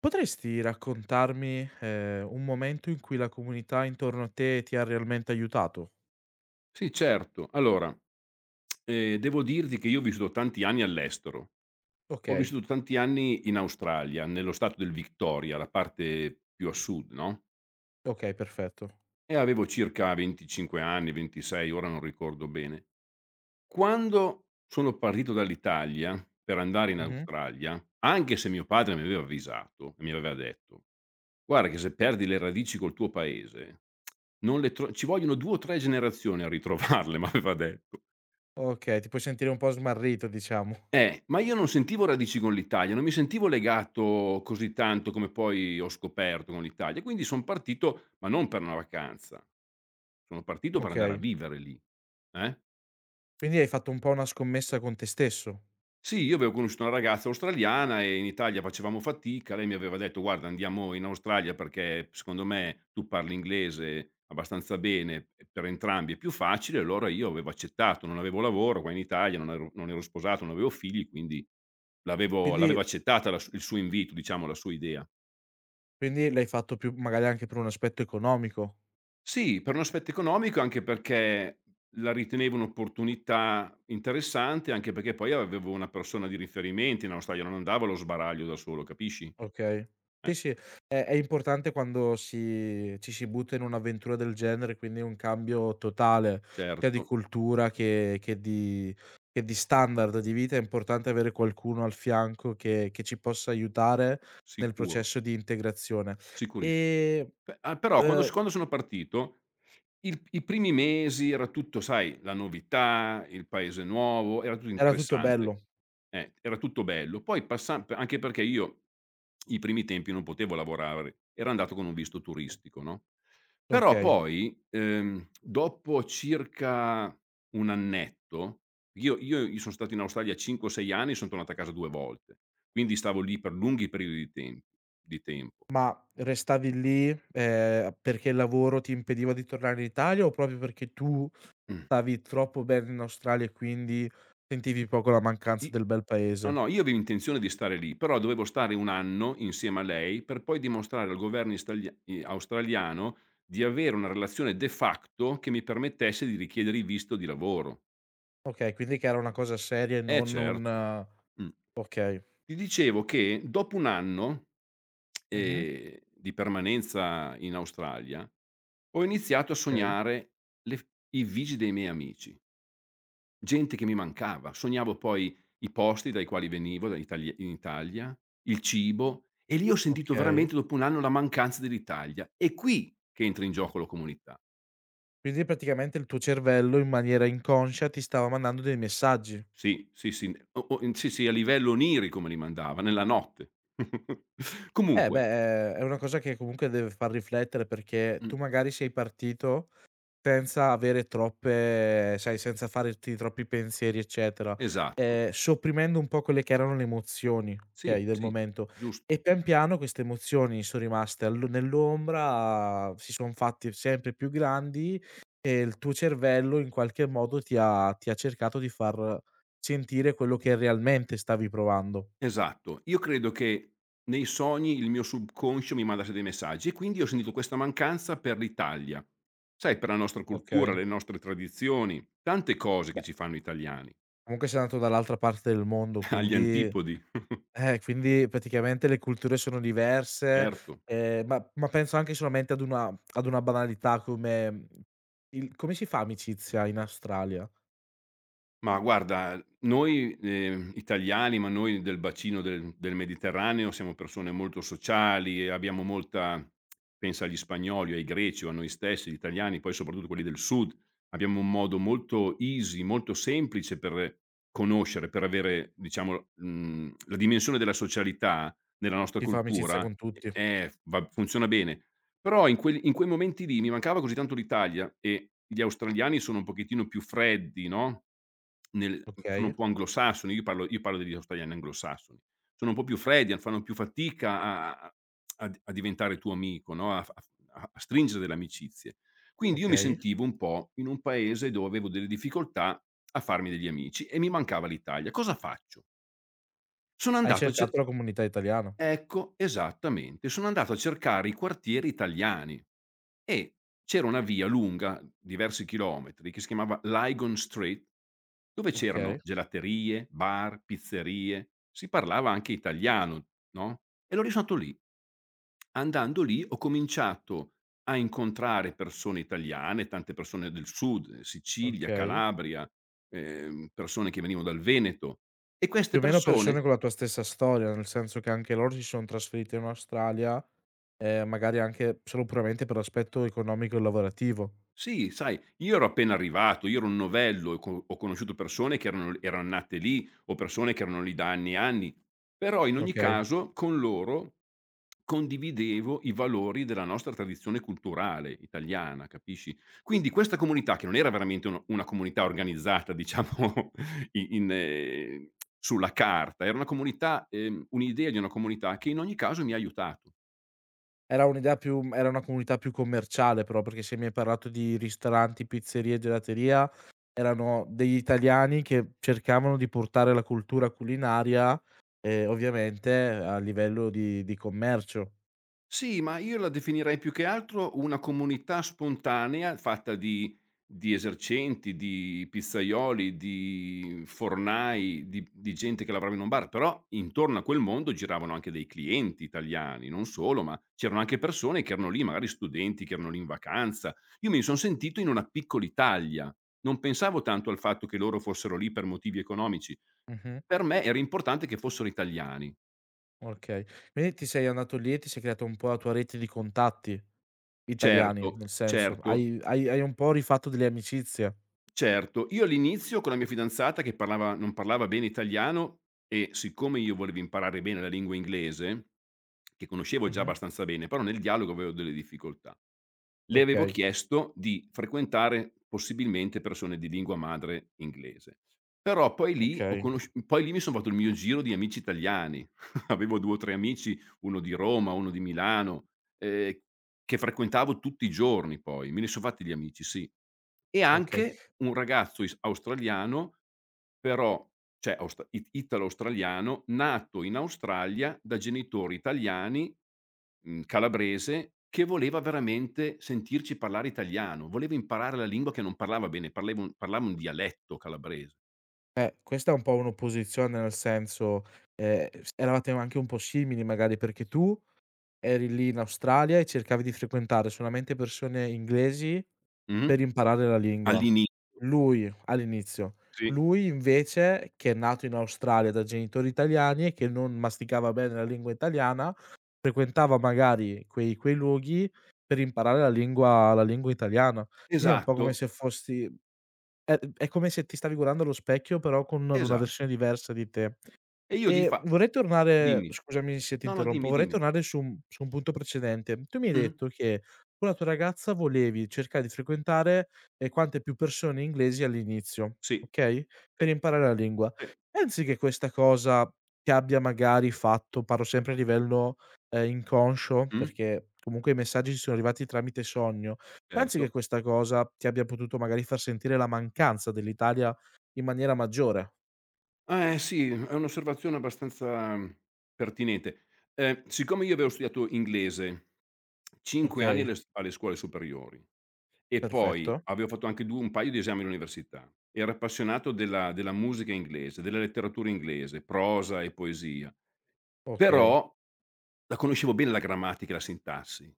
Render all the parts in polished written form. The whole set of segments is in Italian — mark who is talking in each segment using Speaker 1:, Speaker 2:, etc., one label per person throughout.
Speaker 1: Potresti raccontarmi, un momento in cui la comunità intorno a te ti ha realmente aiutato?
Speaker 2: Sì, certo. Allora, devo dirti che io ho vissuto tanti anni all'estero. Ho
Speaker 1: Okay,
Speaker 2: vissuto tanti anni in Australia, nello stato del Victoria, la parte più a sud, no,
Speaker 1: okay, perfetto.
Speaker 2: e avevo circa 25 anni, 26, ora non ricordo bene. Quando sono partito dall'Italia per andare in
Speaker 1: Mh-mh.
Speaker 2: Australia, anche se mio padre mi aveva avvisato e mi aveva detto: "Guarda che se perdi le radici col tuo paese non le tro ci vogliono 2 o 3 generazioni a ritrovarle", m'aveva detto.
Speaker 1: Okay, ti puoi sentire un po' smarrito diciamo.
Speaker 2: Ma io non sentivo radici con l'Italia, non mi sentivo legato così tanto come poi ho scoperto con l'Italia, quindi son partito, ma non per una vacanza, sono partito per andare a
Speaker 1: Okay.
Speaker 2: vivere lì, eh.
Speaker 1: Quindi hai fatto un po' una scommessa con te stesso.
Speaker 2: Sì, io avevo conosciuto una ragazza australiana e in Italia facevamo fatica. Lei mi aveva detto: "Guarda, andiamo in Australia perché secondo me tu parli inglese abbastanza bene, e per entrambi è più facile". Allora io avevo accettato, non avevo lavoro qua in Italia, non ero sposato, non avevo figli, quindi l'avevo
Speaker 1: Quindi
Speaker 2: accettata la s il suo invito, diciamo, la sua idea.
Speaker 1: l'hai fatto più magari anche per un aspetto economico.
Speaker 2: Sì, per un aspetto economico, anche perché la ritenevo un'opportunità interessante, anche perché poi avevo una persona di riferimento in Australia, non andavo allo sbaraglio da solo, capisci?
Speaker 1: Okay. Sì,
Speaker 2: Eh.
Speaker 1: sì, è importante quando ci si butta in un'avventura del genere, quindi un cambio totale sia
Speaker 2: Certo,
Speaker 1: di cultura che di standard di vita, è importante avere qualcuno al fianco che ci possa aiutare nel
Speaker 2: sicuro,
Speaker 1: processo di integrazione.
Speaker 2: sicuriss
Speaker 1: E,
Speaker 2: beh, però
Speaker 1: uhm,
Speaker 2: quando sono partito, il i primi mesi era tutto sai, la novità, il paese nuovo, era tutto
Speaker 1: era tutto
Speaker 2: interessante.
Speaker 1: bello,
Speaker 2: Era tutto bello. Poi passan p anche perché io i primi tempi non potevo lavorare, ero andato con un visto turistico, no, però
Speaker 1: okay,
Speaker 2: poi, dopo circa 1 annetto, io son stato in Australia 5 o 6 anni, son tornato a casa 2 volte, quindi stavo lì per lunghi periodi di tempo.
Speaker 1: ma restavi lì, perché il lavoro ti impediva di tornare in Italia o proprio perché tu stavi troppo bene in Australia e quindi sentivi poco la mancanza
Speaker 2: I
Speaker 1: del bel
Speaker 2: No,
Speaker 1: paese.
Speaker 2: no, io avevo intenzione di stare lì, però dovevo stare 1 anno insieme a lei per poi dimostrare al governo istaglia i australiano di avere una relazione de facto che mi permettesse di richiedere il visto di lavoro.
Speaker 1: Okay, quindi che era una cosa seria e
Speaker 2: Eh
Speaker 1: non
Speaker 2: certo.
Speaker 1: un
Speaker 2: Mh.
Speaker 1: okay.
Speaker 2: Ti dicevo che dopo 1 anno,
Speaker 1: Mh-mh.
Speaker 2: di permanenza in Australia, ho iniziato a
Speaker 1: Okay,
Speaker 2: sognare le f i vigi dei miei amici. Gente che mi mancava. Sognavo poi i posti dai quali venivo, da Itali in Italia, il cibo e lì ho sentito
Speaker 1: okay.
Speaker 2: veramente dopo un anno la mancanza dell'Italia. È qui che entra in gioco la comunità.
Speaker 1: Quindi praticamente il tuo cervello in maniera inconscia ti stava mandando dei messaggi.
Speaker 2: Sì, sì, sì, n o Sì, sì, a livello onirico me li mandava, nella notte.
Speaker 1: Eh beh,
Speaker 2: Comunque
Speaker 1: è una cosa che comunque deve far riflettere perché
Speaker 2: mh,
Speaker 1: tu magari sei partito senza avere troppe sai, senza farti troppi pensieri, eccetera.
Speaker 2: esatto.
Speaker 1: Sopprimendo un po' quelle che erano le emozioni, okay,
Speaker 2: Sì,
Speaker 1: del
Speaker 2: sì,
Speaker 1: momento. E
Speaker 2: giusto.
Speaker 1: pian piano queste emozioni son rimaste allo nell'ombra, si son fatte sempre più grandi e il tuo cervello in qualche modo ti ha cercato di far sentire quello che realmente stavi provando,
Speaker 2: Esatto. Io credo che nei sogni il mio subconscio mi mandasse dei messaggi e quindi ho sentito questa mancanza per l'Italia. Sai, per la nostra cultura,
Speaker 1: okay?
Speaker 2: le nostre tradizioni, tante cose che
Speaker 1: Beh.
Speaker 2: ci fanno italiani,
Speaker 1: Comunque sei andato dall'altra parte del mondo,
Speaker 2: agli
Speaker 1: quindi
Speaker 2: antipodi,
Speaker 1: eh, quindi praticamente le culture sono diverse,
Speaker 2: certo.
Speaker 1: ma penso anche solamente ad una banalità come, mhmm, il come si fa amicizia in Australia?
Speaker 2: Ma guarda, noi, italiani, ma noi del bacino del Mediterraneo, siamo persone molto sociali e abbiamo molta pensa agli spagnoli, ai greci o a noi stessi, gli italiani, poi soprattutto quelli del sud, abbiamo un modo molto easy, molto semplice per conoscere, per avere diciamo, la dimensione della socialità nella nostra
Speaker 1: Si fa amicizia
Speaker 2: cultura,
Speaker 1: con
Speaker 2: e
Speaker 1: tutti,
Speaker 2: va funziona bene. Però in quei momenti lì mi mancava così tanto l'Italia e gli australiani sono un pochettino più freddi, no, nel sono un
Speaker 1: okay,
Speaker 2: po' anglosassoni, io parlo degli australiani anglosassoni. Sono un po' più freddi, fanno più fatica a diventare tuo amico, no, a stringere delle amicizie. Quindi io mi
Speaker 1: okay.
Speaker 2: sentivo un po' in un paese dove avevo delle difficoltà a farmi degli amici e mi mancava l'Italia. Cosa faccio? Sono
Speaker 1: Hai
Speaker 2: andato a cer
Speaker 1: cercato la comunità italiana,
Speaker 2: Ecco, esattamente. Sono andato a cercare i quartieri italiani e c'era una via lunga, diversi chilometri, che si chiamava Lygon Street, dove
Speaker 1: okay,
Speaker 2: c'erano gelaterie, bar, pizzerie, si parlava anche italiano, no? E l'ho risolto lì. Andando lì ho cominciato a incontrare persone italiane, tante persone del sud, Sicilia,
Speaker 1: okay.
Speaker 2: Calabria, persone che venivano dal Veneto e queste
Speaker 1: Più o meno persone
Speaker 2: persone.
Speaker 1: con la tua stessa storia, nel senso che anche loro si son trasferiti in Australia, magari anche solo puramente per l'aspetto economico e lavorativo,
Speaker 2: Sì, sai, io ero appena arrivato, io ero un novello e co ho conosciuto persone che erano eran nate lì o persone che erano lì da anni e anni, però in ogni
Speaker 1: okay.
Speaker 2: caso con loro condividevo i valori della nostra tradizione culturale italiana, capisci? Quindi questa comunità che non era veramente un una comunità organizzata diciamo i in sulla carta, era una comunità un'idea di una comunità che in ogni caso mi ha aiutato.
Speaker 1: Era un'idea più mhmm, era una comunità più commerciale però, perché se mi hai parlato di ristoranti, pizzerie, gelateria, erano degli italiani che cercavano di portare la cultura culinaria, ovviamente a livello di commercio.
Speaker 2: Sì, ma io la definirei più che altro una comunità spontanea fatta di esercenti, di pizzaioli, di fornai, di gente che lavorava in un bar, però intorno a quel mondo giravano anche dei clienti italiani, non solo, ma c'erano anche persone che erano lì, magari studenti che erano lì in vacanza. Io mi son sentito in una piccol'Italia, non pensavo tanto al fatto che loro fossero lì per motivi economici.
Speaker 1: Mh-mh,
Speaker 2: Per me era importante che fossero italiani.
Speaker 1: okay. Quindi ti sei andato lì e ti sei creato un po' la tua rete di contatti italiani,
Speaker 2: Certo,
Speaker 1: nel senso,
Speaker 2: certo.
Speaker 1: hai un po' rifatto delle amicizie.
Speaker 2: Certo, io all'inizio con la mia fidanzata che parlava non parlava bene italiano e siccome io volevo imparare bene la lingua inglese, che conoscevo già
Speaker 1: Mh-mh.
Speaker 2: abbastanza bene, però nel dialogo avevo delle difficoltà, le avevo
Speaker 1: Okay,
Speaker 2: chiesto di frequentare possibilmente persone di lingua madre inglese. Però
Speaker 1: okay,
Speaker 2: poi lì mi son fatto il mio giro di amici italiani. Avevo 2 o 3 amici, uno di Roma, uno di Milano, ehm, che frequentavo tutti i giorni poi, me ne son fatti di amici, sì. E
Speaker 1: okay.
Speaker 2: anche un ragazzo is australiano, però cioè aust it italo-australiano, nato in Australia da genitori italiani, calabrese, che voleva veramente sentirci parlare italiano, voleva imparare la lingua che non parlava bene, parleva un parlava un dialetto calabrese.
Speaker 1: Questa è un po' un'opposizione, nel senso, s eravate anche un po' simili magari, perché tu eri lì in Australia e cercavi di frequentare solamente persone inglesi
Speaker 2: Mh-mh.
Speaker 1: per imparare la lingua.
Speaker 2: All'ini
Speaker 1: Lui all'inizio.
Speaker 2: Sì.
Speaker 1: Lui invece, che è nato in Australia da genitori italiani e che non masticava bene la lingua italiana, frequentava magari quei luoghi per imparare la lingua italiana. Quindi è un po' come
Speaker 2: Esatto,
Speaker 1: se fossi è come se ti stavi guardando allo specchio, però con una versione
Speaker 2: esatto.
Speaker 1: diversa di te.
Speaker 2: E io di
Speaker 1: E
Speaker 2: fa
Speaker 1: vorrei tornare
Speaker 2: Dimmi.
Speaker 1: scusami se ti
Speaker 2: No, no,
Speaker 1: interrompo,
Speaker 2: dimmi,
Speaker 1: vorrei
Speaker 2: dimmi.
Speaker 1: tornare su un punto precedente. Tu mi hai
Speaker 2: Mh-mh.
Speaker 1: detto che con la tua ragazza volevi cercare di frequentare, quante più persone inglesi all'inizio,
Speaker 2: Sì,
Speaker 1: okay, per
Speaker 2: sì,
Speaker 1: imparare la lingua.
Speaker 2: sì.
Speaker 1: Pensi che questa cosa ti abbia magari fatto parlo sempre a livello, inconscio,
Speaker 2: Mh,
Speaker 1: perché comunque i messaggi ci sono arrivati tramite sogno. Pensi che
Speaker 2: certo.
Speaker 1: questa cosa ti abbia potuto magari far sentire la mancanza dell'Italia in maniera maggiore?
Speaker 2: Eh sì, è un'osservazione abbastanza pertinente. Siccome io avevo studiato inglese 5 anni
Speaker 1: Okay,
Speaker 2: alle scuole superiori e poi
Speaker 1: perfetto.
Speaker 2: avevo fatto anche du un paio di esami all'università, ero appassionato della musica inglese, della letteratura inglese, prosa e poesia.
Speaker 1: Okay,
Speaker 2: Però la conoscevo bene la grammatica e la sintassi,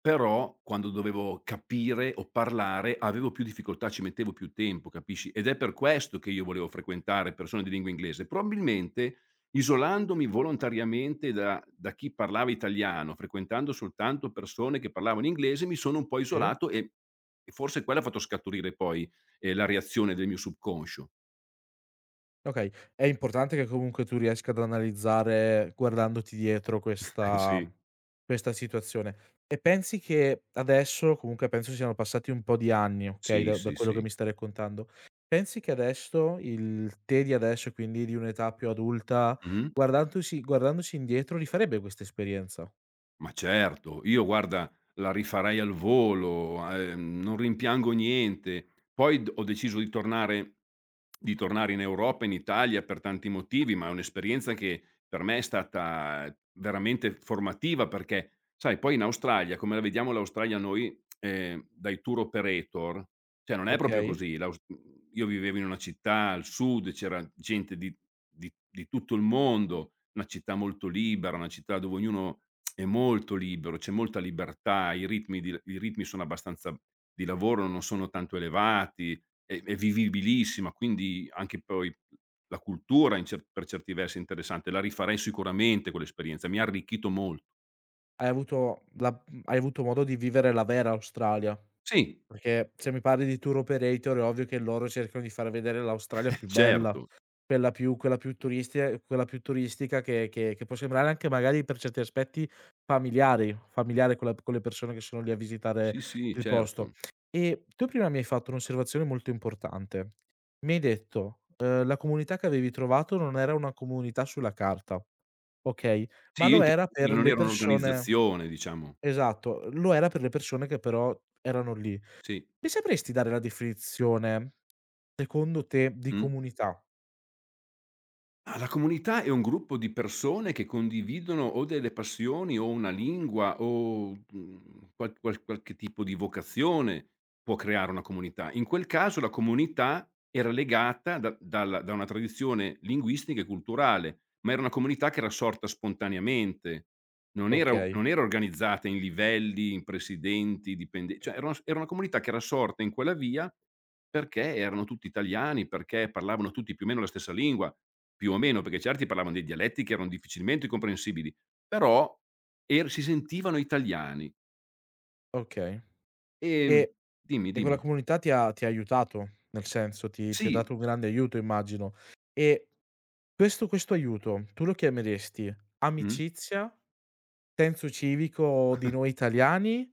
Speaker 2: però quando dovevo capire o parlare avevo più difficoltà, ci mettevo più tempo, capisci? Ed è per questo che io volevo frequentare persone di lingua inglese. Probabilmente isolandomi volontariamente da chi parlava italiano, frequentando soltanto persone che parlavano inglese, mi sono un po'
Speaker 1: sì,
Speaker 2: isolato e forse quello ha fatto scaturire poi, la reazione del mio subconscio.
Speaker 1: okay. È importante che comunque tu riesca ad analizzare guardandoti dietro questa
Speaker 2: Sì,
Speaker 1: questa situazione. E pensi che adesso comunque penso siano passati un po' di anni, okay,
Speaker 2: sì,
Speaker 1: da
Speaker 2: sì,
Speaker 1: quello che
Speaker 2: sì.
Speaker 1: mi stai raccontando. Pensi che adesso il te di adesso, quindi di un'età più adulta,
Speaker 2: Mh-mh.
Speaker 1: guardandosi indietro rifarebbe questa esperienza,
Speaker 2: Ma certo, io guarda la rifarei al volo, non rimpiango niente. Poi d ho deciso di tornare in Europa, in Italia per tanti motivi, ma è un'esperienza che per me è stata veramente formativa perché, sai, poi in Australia, come la vediamo l'Australia noi, dai tour operator, cioè non è proprio
Speaker 1: okay?
Speaker 2: così. Io vivevo in una città al sud, c'era gente di di tutto il mondo, una città molto libera, una città dove ognuno è molto libero, c'è molta libertà, i ritmi sono abbastanza di lavoro non sono tanto elevati, è vivibilissima, quindi anche poi la cultura in cer per certi versi è interessante. La rifarei sicuramente quell'esperienza, mi ha arricchito molto.
Speaker 1: Hai avuto la mhmm, hai avuto modo di vivere la vera Australia.
Speaker 2: Sì,
Speaker 1: Perché se mi parli di tour operator è ovvio che loro cercano di far vedere l'Australia più bella,
Speaker 2: certo.
Speaker 1: quella più turistia quella più turistica che può sembrare anche magari per certi aspetti familiari, familiare con la con le persone che sono lì a visitare
Speaker 2: Sì, sì,
Speaker 1: il
Speaker 2: certo.
Speaker 1: posto. E tu prima mi hai fatto un'osservazione molto importante. Mi hai detto, la comunità che avevi trovato non era una comunità sulla carta, okay,
Speaker 2: Sì,
Speaker 1: ma
Speaker 2: io
Speaker 1: lo era
Speaker 2: intendevo
Speaker 1: per
Speaker 2: dire non
Speaker 1: le
Speaker 2: era
Speaker 1: persone
Speaker 2: un'organizzazione diciamo.
Speaker 1: esatto, lo era per le persone che però erano lì.
Speaker 2: Sì.
Speaker 1: Mi sapresti dare la definizione, secondo te, di
Speaker 2: Mh.
Speaker 1: comunità?
Speaker 2: Ah, la comunità è un gruppo di persone che condividono o delle passioni o una lingua o, qualche tipo di vocazione può creare una comunità. In quel caso la comunità era legata da una tradizione linguistica e culturale, ma era una comunità che era sorta spontaneamente.
Speaker 1: Okay,
Speaker 2: Non era organizzata in livelli, in presidenti, dipende cioè era una comunità che era sorta in quella via perché erano tutti italiani, perché parlavano tutti più o meno la stessa lingua, più o meno, perché certi parlavano dei dialetti che erano difficilmente comprensibili, però er si sentivano italiani.
Speaker 1: okay.
Speaker 2: Ehm,
Speaker 1: E
Speaker 2: dimmi,
Speaker 1: quella
Speaker 2: dimmi.
Speaker 1: comunità ti ha aiutato? Nel senso, ti ha
Speaker 2: Sì.
Speaker 1: dato un grande aiuto immagino. E questo aiuto tu lo chiameresti
Speaker 2: Mh.
Speaker 1: amicizia, senso civico di noi italiani?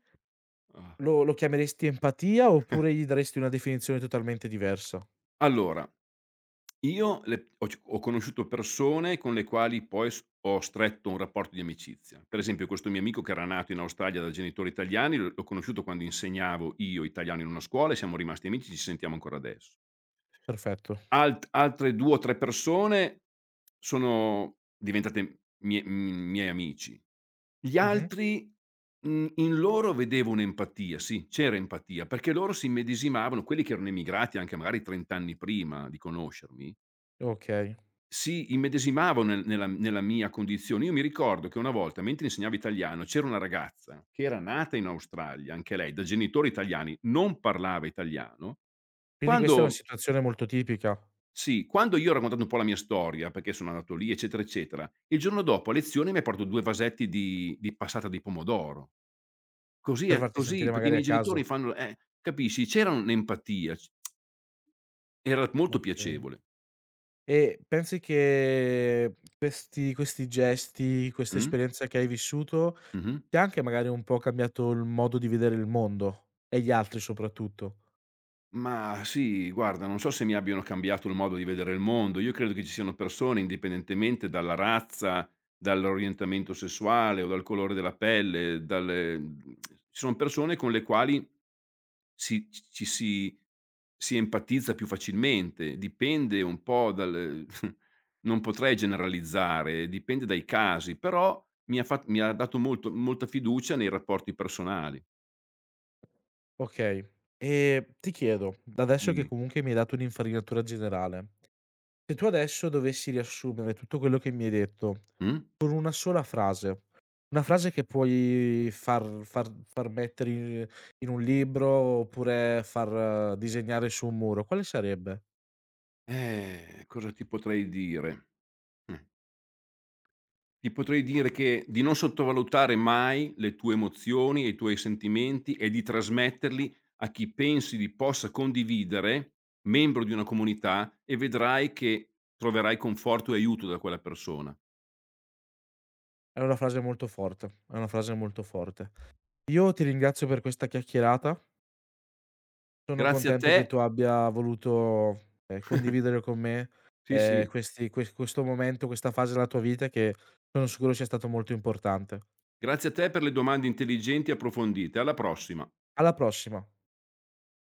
Speaker 2: Ah.
Speaker 1: Lo chiameresti empatia, oppure gli daresti una definizione totalmente diversa?
Speaker 2: Allora, Io le ho c ho conosciuto persone con le quali poi s ho stretto un rapporto di amicizia. Per esempio questo mio amico che era nato in Australia da genitori italiani, l'ho conosciuto quando insegnavo io italiano in una scuola e siamo rimasti amici, ci sentiamo ancora adesso.
Speaker 1: Perfetto.
Speaker 2: Altre 2 o 3 persone sono diventate mie miei amici. Gli
Speaker 1: Mh-mh.
Speaker 2: altri, in loro vedevo un'empatia, sì, c'era empatia, perché loro si immedesimavano, quelli che erano emigrati anche magari 30 anni prima di conoscermi
Speaker 1: Okay.
Speaker 2: si immedesimavo nella mia condizione. Io mi ricordo che una volta, mentre insegnavo italiano, c'era una ragazza che era nata in Australia, anche lei, da genitori italiani, non parlava italiano. Mh.
Speaker 1: Quindi questa è una
Speaker 2: Quando
Speaker 1: situazione molto tipica,
Speaker 2: sì, quando io ho raccontato un po' la mia storia, perché sono andato lì, eccetera, eccetera, il giorno dopo a lezione mi ha portato 2 vasetti di passata di pomodoro. Così
Speaker 1: per
Speaker 2: è
Speaker 1: farti
Speaker 2: così,
Speaker 1: sentire
Speaker 2: perché i
Speaker 1: magari a
Speaker 2: miei
Speaker 1: casa.
Speaker 2: genitori fanno capisci? C'era un'empatia, c era molto
Speaker 1: Okay.
Speaker 2: piacevole.
Speaker 1: E pensi che questi gesti, questa
Speaker 2: Mh.
Speaker 1: esperienza che hai vissuto,
Speaker 2: Mh-mh.
Speaker 1: ti ha anche magari un po' cambiato il modo di vedere il mondo e gli altri soprattutto?
Speaker 2: Mah, sì, guarda, non so se mi abbiano cambiato il modo di vedere il mondo. Io credo che ci siano persone, indipendentemente dalla razza, dall'orientamento sessuale o dal colore della pelle, dalle ci sono persone con le quali si ci ci si si empatizza più facilmente. Dipende un po' dal non potrei generalizzare, dipende dai casi, però mi ha dato molto molta fiducia nei rapporti personali.
Speaker 1: Okay. E ti chiedo, da adesso che
Speaker 2: Dimmi.
Speaker 1: comunque mi hai dato un'infarinatura generale, se tu adesso dovessi riassumere tutto quello che mi hai detto
Speaker 2: Mh?
Speaker 1: con una sola frase, una frase che puoi far mettere in in un libro oppure far disegnare su un muro, quale sarebbe?
Speaker 2: Cosa ti potrei dire? Mh, ti potrei dire che di non sottovalutare mai le tue emozioni e i tuoi sentimenti e di trasmetterli a chi pensi li possa condividere, membro di una comunità, e vedrai che troverai conforto e aiuto da quella persona.
Speaker 1: È una frase molto forte, è una frase molto forte. Io ti ringrazio per questa chiacchierata, sono
Speaker 2: Grazie a
Speaker 1: contento che
Speaker 2: te,
Speaker 1: tu abbia voluto, condividere con me,
Speaker 2: sì, sì,
Speaker 1: questi questo momento, questa fase della tua vita che sono sicuro sia stato molto importante.
Speaker 2: grazie a te per le domande intelligenti e approfondite. Alla prossima.
Speaker 1: Alla prossima.